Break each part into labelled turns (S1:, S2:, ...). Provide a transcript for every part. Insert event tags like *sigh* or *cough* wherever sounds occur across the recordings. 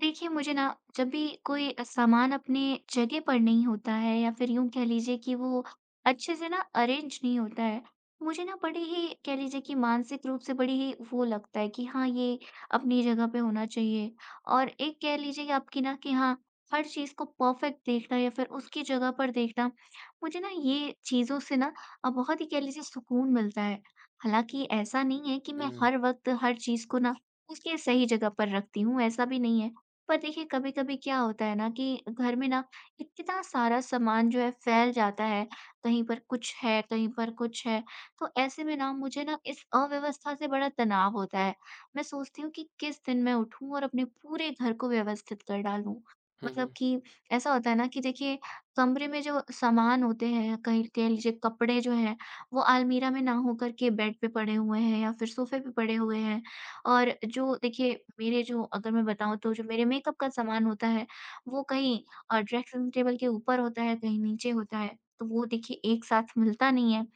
S1: देखिए, मुझे ना जब भी कोई सामान अपने जगह पर नहीं होता है या फिर यूँ कह लीजिए कि वो अच्छे से ना अरेंज नहीं होता है, मुझे ना बड़ी ही कह लीजिए कि मानसिक रूप से बड़ी ही वो लगता है कि हाँ, ये अपनी जगह पे होना चाहिए। और एक कह लीजिए कि आपकी ना कि हाँ, हर चीज़ को परफेक्ट देखना या फिर उसकी जगह पर देखना, मुझे ना ये चीज़ों से ना बहुत ही कह लीजिए सुकून मिलता है। हालाँकि ऐसा नहीं है कि मैं
S2: हुँ।
S1: हर वक़्त हर चीज़ को ना उसकी सही जगह पर रखती हूँ, ऐसा भी नहीं है। पर देखिए कभी-कभी क्या होता है ना कि घर में ना इतना सारा सामान जो है फैल जाता है, कहीं पर कुछ है, कहीं पर कुछ है। तो ऐसे में ना मुझे ना इस अव्यवस्था से बड़ा तनाव होता है। मैं सोचती हूँ कि किस दिन मैं उठूँ और अपने पूरे घर को व्यवस्थित कर डालूँ।
S2: हुँ,
S1: मतलब
S2: हुँ।
S1: कि ऐसा होता है ना कि देखिए कमरे में जो सामान होते हैं, कहीं कह लीजिए कपड़े जो हैं, वो अलमीरा में ना होकर के बेड पे पड़े हुए हैं या फिर सोफे पे पड़े हुए हैं। और जो देखिए मेरे जो अगर मैं बताऊँ तो जो मेरे मेकअप का सामान होता है, वो कहीं ड्रेसिंग टेबल के ऊपर होता है, कहीं नीचे होता है, तो वो देखिए एक साथ मिलता नहीं है।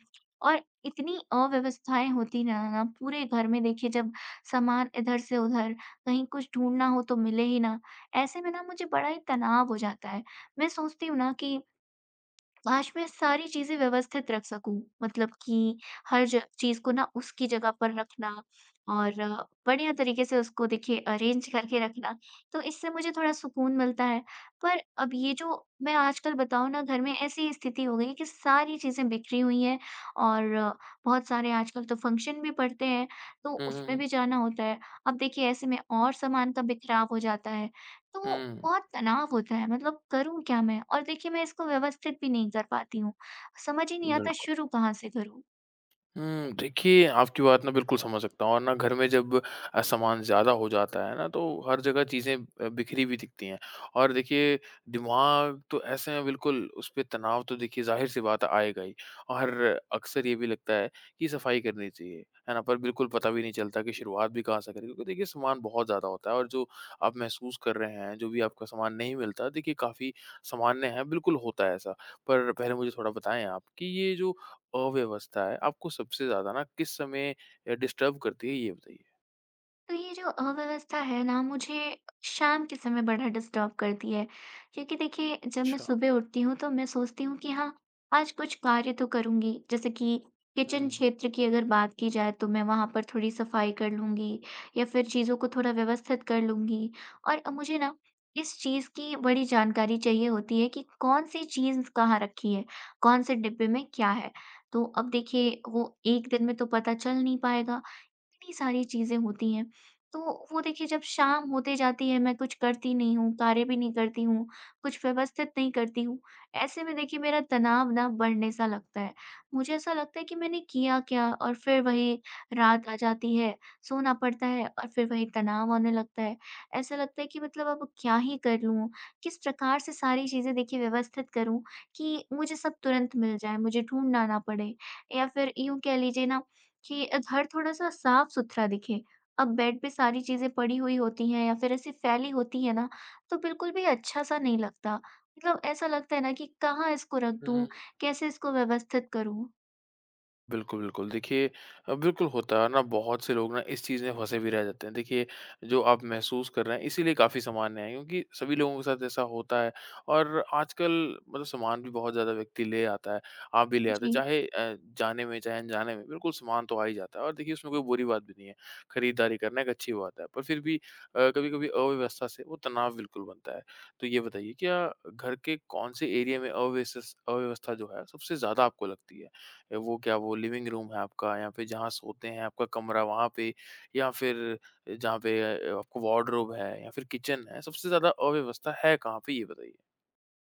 S1: और इतनी अव्यवस्थाएँ होती ना ना पूरे घर में देखिए जब सामान इधर से उधर, कहीं कुछ ढूँढना हो तो मिले ही ना, ऐसे में ना मुझे बड़ा ही तनाव हो जाता है। मैं सोचती हूँ ना कि आज मैं सारी चीज़ें व्यवस्थित रख सकूँ, मतलब कि हर ज चीज़ को ना उसकी जगह पर रखना और बढ़िया तरीके से उसको देखिए अरेंज करके रखना, तो इससे मुझे थोड़ा सुकून मिलता है। पर अब ये जो मैं आजकल बताऊँ ना घर में ऐसी स्थिति हो गई है कि सारी चीज़ें बिखरी हुई हैं और बहुत सारे आजकल तो फंक्शन भी पड़ते हैं, तो
S2: हुँ, हुँ,
S1: उसमें
S2: हुँ।
S1: भी जाना होता है। अब देखिए ऐसे में और सामान का बिखराव हो जाता है तो बहुत तनाव होता है मतलब करूँ क्या मैं? और देखिए मैं इसको व्यवस्थित भी नहीं कर पाती हूँ। समझ ही
S2: हुँ,
S1: नहीं आता
S2: बिल्कुल।
S1: शुरू कहाँ से करूँ?
S2: हुँ, देखिए आपकी बात ना बिल्कुल समझ सकता हूँ और ना घर में जब सामान ज़्यादा हो जाता है ना तो हर जगह चीज़ें बिखरी हुई दिखती हैं। और देखिए दिमाग तो ऐसे में बिल्कुल उस पे तनाव तो देखिए ज़ाहिर-सी बात है आएगा ही और अक्सर ये भी लगता है कि सफाई करनी चाहिए, है ना? पर बिल्कुल पता भी नहीं चलता कि शुरुआत भी कहाँ से करें क्योंकि देखिए सामान बहुत ज़्यादा होता है और जो आप महसूस कर रहे हैं, जो भी आपका सामान नहीं मिलता देखिए काफ़ी सामान्य है, बिल्कुल होता है ऐसा। पर पहले मुझे थोड़ा बताएँ आप कि ये जो अव्यवस्था है, आपको सबसे ज़्यादा ना किस समय डिस्टर्ब करती है ये बताइए?
S1: तो ये जो अव्यवस्था है ना, मुझे शाम के समय बड़ा डिस्टर्ब करती है। क्योंकि देखिए, जब मैं
S2: अच्छा।
S1: सुबह उठती हूँ, तो मैं सोचती हूँ कि हाँ, आज कुछ कार्य तो करूँगी। जैसे कि किचन
S2: हुँ।
S1: क्षेत्र की अगर बात की जाए, तो मैं वहाँ पर थोड़ी सफाई कर लूँगी या फिर चीज़ों को थोड़ा व्यवस्थित कर लूँगी। और मुझे ना इस चीज़ की बड़ी जानकारी चाहिए होती है कि कौन-सी चीज़ कहाँ रखी है, कौन-से डिब्बे में क्या है। तो अब देखिए, वो 1 दिन में तो पता चल नहीं पाएगा। इतनी सारी चीज़ें होती हैं। तो वो देखिए जब शाम होते जाती है मैं कुछ करती नहीं हूँ, कार्य भी नहीं करती हूँ, कुछ व्यवस्थित नहीं करती हूँ। ऐसे में देखिए मेरा तनाव ना बढ़ने सा लगता है। मुझे ऐसा लगता है कि मैंने किया क्या? और फिर वही रात आ जाती है, सोना पड़ता है और फिर वही तनाव आने लगता है। ऐसा लगता है कि मतलब अब क्या ही कर लूँ? किस प्रकार से सारी चीज़ें देखिए व्यवस्थित करूँ कि मुझे सब तुरंत मिल जाए, मुझे ढूँढना ना पड़े? या फिर यूँ कह लीजिए ना कि घर थोड़ा-सा साफ-सुथरा दिखे। अब बेड पे सारी चीज़ें पड़ी हुई होती हैं या फिर ऐसी फैली होती है ना, तो बिल्कुल भी अच्छा-सा नहीं लगता। मतलब ऐसा लगता है ना कि कहाँ इसको रख
S2: हुँ,
S1: दूँ?
S2: हुँ,
S1: कैसे इसको व्यवस्थित करूँ?
S2: बिल्कुल, बिल्कुल। देखिए बिल्कुल होता है ना बहुत से लोग ना इस चीज़ में फँसे भी रह जाते हैं। देखिए जो आप महसूस कर रहे हैं इसीलिए काफ़ी सामान्य है क्योंकि सभी लोगों के साथ ऐसा होता है और आजकल मतलब सामान भी बहुत ज़्यादा व्यक्ति ले आता है, आप भी ले आते हैं
S1: जी।
S2: चाहे जाने में चाहे अनजाने में बिल्कुल सामान तो आ ही जाता है और देखिए उसमें कोई बुरी बात भी नहीं है। खरीदारी करना एक अच्छी बात है पर फिर भी कभी-कभी अव्यवस्था से वो तनाव बिल्कुल बनता है। तो ये बताइए क्या घर के कौन से एरिया में अव्यवस्था जो है सबसे ज़्यादा आपको लगती है? वो क्या वो लिविंग रूम है आपका या फिर जहाँ सोते हैं आपका कमरा वहाँ पे या फिर जहाँ पे आपको वार्डरोब है या फिर किचन है, सबसे ज़्यादा अव्यवस्था है कहाँ पे ये बताइए?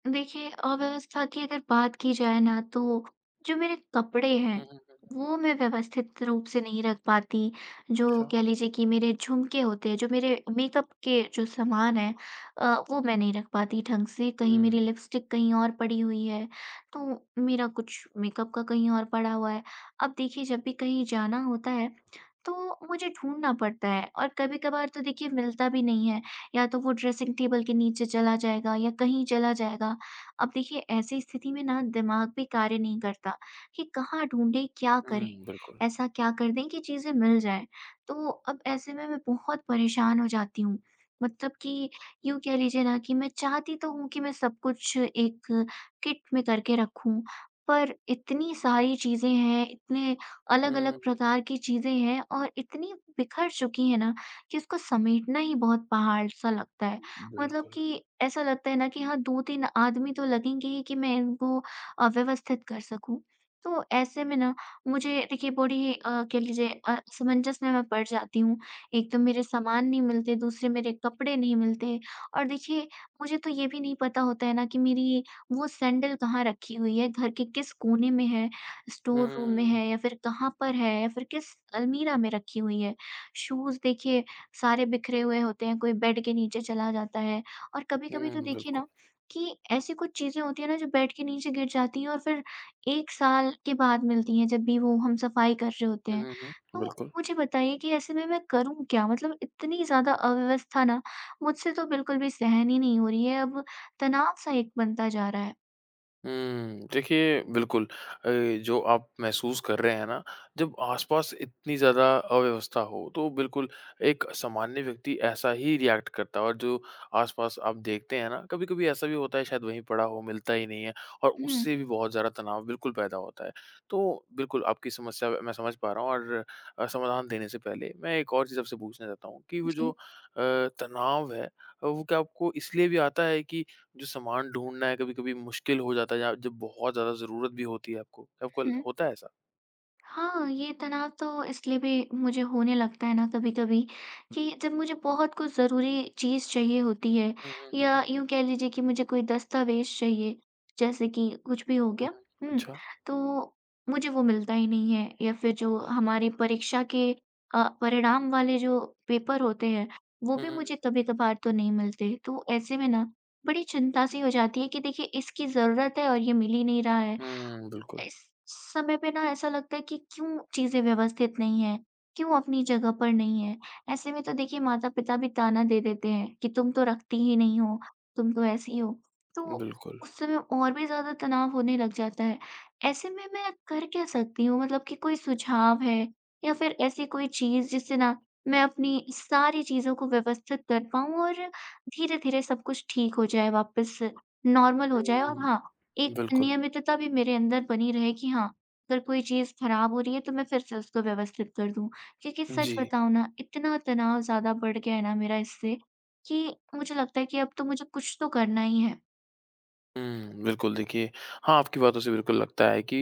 S1: देखिए, अव्यवस्था की अगर बात की जाए ना तो जो मेरे कपड़े
S2: हुँ,
S1: हैं,
S2: हुँ, हुँ।
S1: वो मैं व्यवस्थित रूप से नहीं रख पाती। जो
S2: अच्छा।
S1: कह लीजिए कि मेरे झुमके होते हैं, जो मेरे मेकअप के जो सामान हैं वो मैं नहीं रख पाती ढंग से। कहीं मेरी
S2: हुँ,
S1: लिपस्टिक कहीं और पड़ी हुई है, तो मेरा कुछ मेकअप का कहीं और पड़ा हुआ है। अब देखिए जब भी कहीं जाना होता है, तो मुझे ढूँढना पड़ता है और कभी-कभार तो देखिए मिलता भी नहीं है। या तो वो ड्रेसिंग टेबल के नीचे चला जाएगा या कहीं चला जाएगा। अब देखिए ऐसी स्थिति में ना दिमाग भी कार्य नहीं करता कि कहाँ ढूँढें, क्या करें?
S2: हुँ, बिल्कुल।
S1: ऐसा क्या कर दें कि चीज़ें मिल जाएँ? तो अब ऐसे में मैं बहुत परेशान हो जाती हूँ। मतलब कि यूँ कह लीजिए ना कि मैं चाहती तो हूँ कि मैं सब कुछ एक किट में करके रखूँ, पर इतनी सारी चीज़ें हैं, इतने
S2: हुँ, हुँ,
S1: अलग-अलग
S2: हुँ।
S1: प्रकार की चीज़ें हैं और इतनी बिखर चुकी हैं ना कि उसको समेटना ही बहुत पहाड़ सा लगता है। मतलब
S2: बिल्कुल।
S1: कि ऐसा लगता है ना कि हाँ 2-3 आदमी तो लगेंगे ही कि मैं इनको व्यवस्थित कर सकूँ। तो ऐसे में ना मुझे देखिए बड़ी कह लीजिए असमंजस में मैं पड़ जाती हूँ। एक तो मेरे सामान नहीं मिलते, दूसरे मेरे कपड़े नहीं मिलते और देखिए मुझे तो ये भी नहीं पता होता है ना कि मेरी वो सैंडल कहाँ रखी हुई है, घर के किस कोने में है,
S2: हुँ,
S1: स्टोर रूम में
S2: हुँ,
S1: है या फिर कहाँ पर है या फिर किस अलमीरा में रखी हुई है। शूज़ देखिए सारे बिखरे हुए होते हैं, कोई बेड के नीचे चला जाता है और
S2: हुँ,
S1: कभी-कभी तो
S2: हुँ,
S1: देखिए
S2: बिल्कुल।
S1: ना कि ऐसी कुछ चीज़ें होती हैं ना जो बेड के नीचे गिर जाती हैं और फिर 1 साल के बाद मिलती हैं जब भी वो हम सफाई कर रहे होते
S2: हुँ,
S1: हैं।
S2: हुँ, हुँ,
S1: तो
S2: बिल्कुल।
S1: मुझे बताइए कि ऐसे में मैं करूँ क्या? मतलब इतनी ज़्यादा अव्यवस्था ना मुझसे तो बिल्कुल भी सहन ही नहीं हो रही है, अब तनाव-सा एक बनता जा रहा है।
S2: हुँ, देखिए बिल्कुल अ, जो आप महसूस कर रहे हैं ना, जब आस-पास इतनी ज़्यादा अव्यवस्था हो, तो बिल्कुल एक सामान्य व्यक्ति ऐसा ही रिएक्ट करता है और जो आस-पास आप देखते हैं ना, कभी-कभी ऐसा भी होता है शायद वहीं पड़ा हो, मिलता ही नहीं है और
S1: हुँ,
S2: उससे भी बहुत ज़्यादा तनाव बिल्कुल पैदा होता है। तो बिल्कुल आपकी समस्या मैं समझ पा रहा हूँ और समाधान देने से पहले मैं एक और चीज़ आपसे पूछना चाहता हूँ कि वो जो
S1: जी।
S2: तनाव है, वो क्या आपको इसलिए भी आता है कि जो सामान ढूँढना है कभी-कभी मुश्किल हो जाता है या जब बहुत ज़्यादा ज़रूरत भी होती है आपको, आपको ल
S1: हुँ।
S2: होता है ऐसा?
S1: हाँ, ये तनाव तो इसलिए भी मुझे होने लगता है ना कभी-कभी कि जब मुझे बहुत कुछ ज़रूरी चीज़ चाहिए होती है
S2: हुँ, हुँ, हुँ,
S1: या
S2: हुँ।
S1: यूँ कह लीजिए कि मुझे कोई दस्तावेज़ चाहिए, जैसे कि कुछ भी हो
S2: हुँ,
S1: गया,
S2: हुँ।
S1: हुँ?
S2: अच्छा।
S1: तो मुझे वो मिलता ही नहीं है या फिर जो हमारी परीक्षा के परिणाम वाले जो पेपर होते हैं, वो
S2: हुँ,
S1: भी
S2: हुँ, हुँ।
S1: मुझे कभी-कभार तो नहीं मिलते। तो ऐसे में ना बड़ी चिंता सी हो जाती है कि देखिए इसकी ज़रूरत है और ये मिल ही नहीं रहा है।
S2: हुँ, बिल्कुल,
S1: इस समय पे ना ऐसा लगता है कि क्यों चीज़ें व्यवस्थित नहीं हैं, क्यों अपनी जगह पर नहीं है। ऐसे में तो देखिए माता-पिता भी ताना दे देते हैं कि तुम तो रखती ही नहीं हो, तुम तो ऐसी हो। तो
S2: बिल्कुल।
S1: उस समय और भी ज़्यादा तनाव होने लग जाता है। ऐसे में मैं कर क्या सकती हूँ? मतलब कि कोई सुझाव है या फिर ऐसी कोई चीज़ जिससे ना मैं अपनी सारी चीज़ों को व्यवस्थित कर पाऊँ और धीरे-धीरे सब कुछ ठीक हो जाए, वापस नॉर्मल हो जाए और
S2: हुँ,
S1: हाँ, एक
S2: बिल्कुल।
S1: नियमितता भी मेरे अंदर बनी रहे कि हाँ, अगर कोई चीज़ खराब हो रही है तो मैं फिर से उसको व्यवस्थित कर दूँ। क्योंकि सच
S2: जी।
S1: बताऊँ ना इतना तनाव ज़्यादा बढ़ गया है ना मेरा इससे कि मुझे लगता है कि अब तो मुझे कुछ तो करना ही है।
S2: हुँ, बिल्कुल देखिए, हाँ, आपकी बातों से बिल्कुल लगता है कि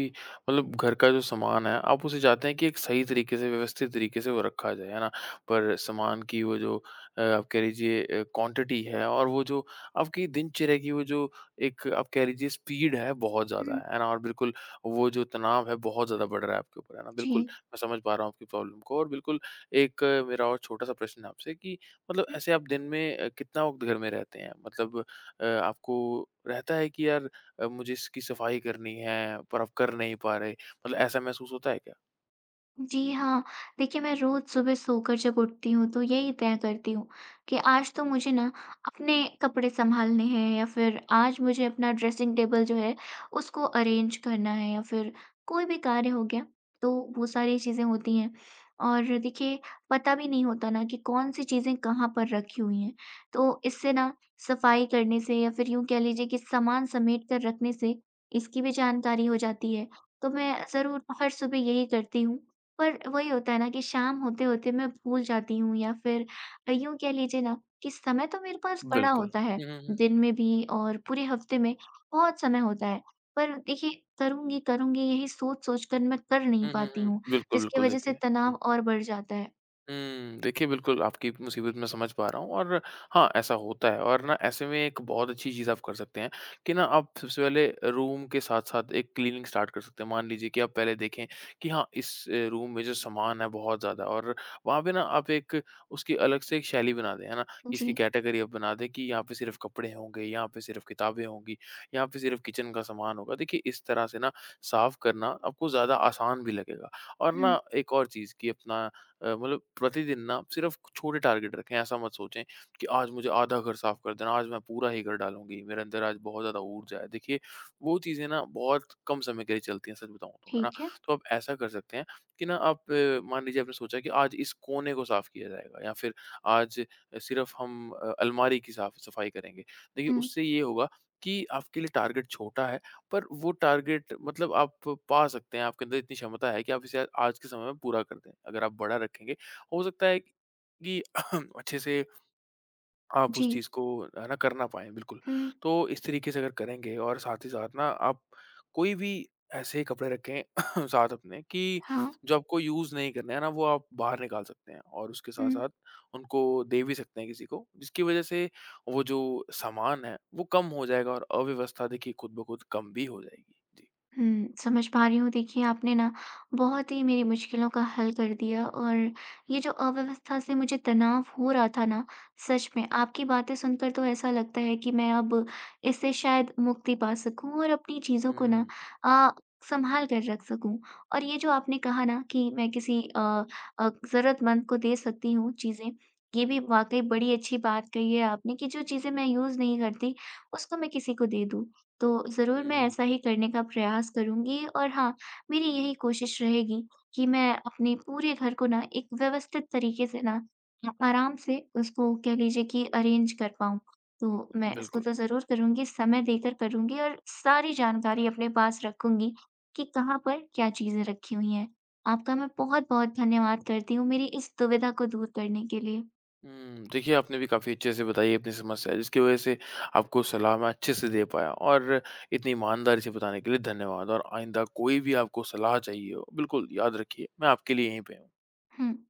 S2: मतलब घर का जो सामान है, आप उसे चाहते हैं कि एक सही तरीके से, व्यवस्थित तरीके से वो रखा जाए, है ना? पर सामान की वो जो आप कह लीजिए क्वांटिटी है और वो जो आपकी दिनचर्या की वो जो एक आप कह लीजिए स्पीड है, बहुत ज़्यादा
S1: हुँ,
S2: है ना? और बिल्कुल वो जो तनाव है, बहुत ज़्यादा बढ़ रहा है आपके ऊपर, है ना?
S1: जी।
S2: बिल्कुल, मैं समझ पा रहा हूँ आपकी प्रॉब्लम को और बिल्कुल एक मेरा और छोटा-सा प्रश्न है आपसे कि मतलब ऐसे आप दिन में कितना वक़्त घर में रहते हैं? मतलब आपको रहता है कि यार मुझे इसकी सफाई करनी है पर आप कर नहीं पा रहे? मतलब ऐसा महसूस होता है क्या?
S1: जी हाँ, देखिए मैं रोज़ सुबह सोकर जब उठती हूँ तो यही तय करती हूँ कि आज तो मुझे ना अपने कपड़े सँभालने हैं या फिर आज मुझे अपना ड्रेसिंग टेबल जो है उसको अरेंज करना है या फिर कोई भी कार्य हो गया, तो वो सारी चीज़ें होती हैं। और देखिए पता भी नहीं होता ना कि कौन-सी चीज़ें कहाँ पर रखी हुई हैं, तो इससे ना सफाई करने से या फिर यूँ कह लीजिए कि सामान समेट कर रखने से इसकी भी जानकारी हो जाती है। तो मैं ज़रूर हर सुबह यही करती हूँ पर वही होता है ना कि शाम होते-होते मैं भूल जाती हूँ या फिर यूँ कह लीजिए ना कि समय तो मेरे पास बड़ा
S2: बिल्कुल।
S1: होता है,
S2: हुँ, हुँ, हुँ।
S1: दिन में भी और पूरे हफ्ते में बहुत समय होता है। पर देखिए करूँगी, करूँगी यही सोच-सोच कर मैं कर नहीं
S2: हुँ, हुँ,
S1: पाती
S2: हुँ।
S1: हूँ,
S2: बिल्कुल,
S1: जिसकी
S2: बिल्कुल
S1: वजह से
S2: देखिए। हुँ।
S1: तनाव और बढ़ जाता है।
S2: हुँ, देखिए बिल्कुल आपकी मुसीबत मैं समझ पा रहा हूँ और हाँ, ऐसा होता है और ना ऐसे में एक बहुत अच्छी चीज़ आप कर सकते हैं कि ना आप सबसे पहले रूम के साथ-साथ एक क्लीनिंग स्टार्ट कर सकते हैं। मान लीजिए कि आप पहले देखें कि हाँ, इस रूम में जो सामान है बहुत ज़्यादा और वहाँ पे ना आप एक उसकी अलग से एक शैली बना दें, है ना? कि
S1: जी।
S2: इसकी कैटेगरी आप बना दें कि यहाँ पे सिर्फ़ कपड़े होंगे, यहाँ पे सिर्फ़ किताबें होंगी, यहाँ पे सिर्फ़ किचन का सामान होगा। देखिए इस तरह से ना साफ़ करना आपको ज़्यादा आसान भी लगेगा और
S1: हुँ,
S2: ना एक और चीज़ कि अपना मतलब प्रतिदिन ना सिर्फ छोटे टारगेट रखें। ऐसा मत सोचें कि आज मुझे आधा घर साफ कर देना, आज मैं पूरा ही कर डालूँगी, मेरे अंदर आज बहुत ज़्यादा ऊर्जा है। देखिए, वो चीज़ें ना बहुत कम समय के लिए चलती हैं सच बताऊँ तो, है ना?
S1: ठीक है।
S2: तो आप ऐसा कर सकते हैं कि ना आप मान लीजिए आपने सोचा कि आज इस कोने को साफ किया जाएगा या फिर आज सिर्फ हम अलमारी की साफ सफाई करेंगे। देखिए
S1: हुँ।
S2: उससे ये होगा कि आपके लिए टारगेट छोटा है पर वो टारगेट मतलब आप पा सकते हैं, आपके अंदर इतनी क्षमता है कि आप इसे आज के समय में पूरा कर दें। अगर आप बड़ा रखेंगे, हो सकता है कि *clears throat* अच्छे से आप उस
S1: जी।
S2: चीज़ को है ना कर ना पाएँ, बिल्कुल।
S1: हुँ,
S2: तो इस तरीके से अगर करेंगे और साथ ही साथ ना आप कोई भी ऐसे कपड़े रखें *laughs* साथ अपने कि
S1: हाँ,
S2: जो आपको यूज़ नहीं करने हैं ना वो आप बाहर निकाल सकते हैं और उसके
S1: हुँ।
S2: साथ-साथ उनको दे भी सकते हैं किसी को, जिसकी वज़ह से वो जो सामान है वो कम हो जाएगा और अव्यवस्था देखिए खुद ब खुद कम भी हो जाएगी। जी।
S1: हुँ, समझ पा रही हूँ। देखिए, आपने ना बहुत ही मेरी मुश्किलों का हल कर दिया और ये जो अव्यवस्था से मुझे तनाव हो रहा था ना, सच में आपकी बातें सुनकर तो ऐसा लगता है कि मैं अब इससे शायद मुक्ति पा सकूँ और अपनी चीज़ों को ना
S2: हुँ।
S1: अ, सँभाल कर रख सकूँ। और ये जो आपने कहा ना कि मैं किसी ज़रूरतमंद को दे सकती हूँ चीज़ें, ये भी वाक़ई बड़ी अच्छी बात कही है आपने कि जो चीज़ें मैं यूज़ नहीं करती, उसको मैं किसी को दे दूँ। तो ज़रूर मैं
S2: हुँ,
S1: ऐसा ही करने का प्रयास करूँगी और हाँ, मेरी यही कोशिश रहेगी कि मैं अपने पूरे घर को ना एक व्यवस्थित तरीके से ना आराम से उसको कह लीजिए कि अरेंज कर पाऊँ। तो मैं इसको
S2: बिल्कुल।
S1: तो ज़रूर करूँगी, समय देकर करूँगी और सारी जानकारी अपने पास रखूँगी कि कहाँ पर क्या चीज़ें रखी हुई हैं। आपका मैं बहुत-बहुत धन्यवाद करती हूँ मेरी इस दुविधा को दूर करने के लिए।
S2: हुँ, देखिए आपने भी काफ़ी अच्छे से बताई अपनी समस्या जिसकी वज़ह से आपको सलाह मैं अच्छे से दे पाया और इतनी ईमानदारी से बताने के लिए धन्यवाद और आइंदा कोई भी आपको सलाह चाहिए हो बिल्कुल याद रखिए मैं आपके लिए यहीं पे हूँ।
S1: हुँ।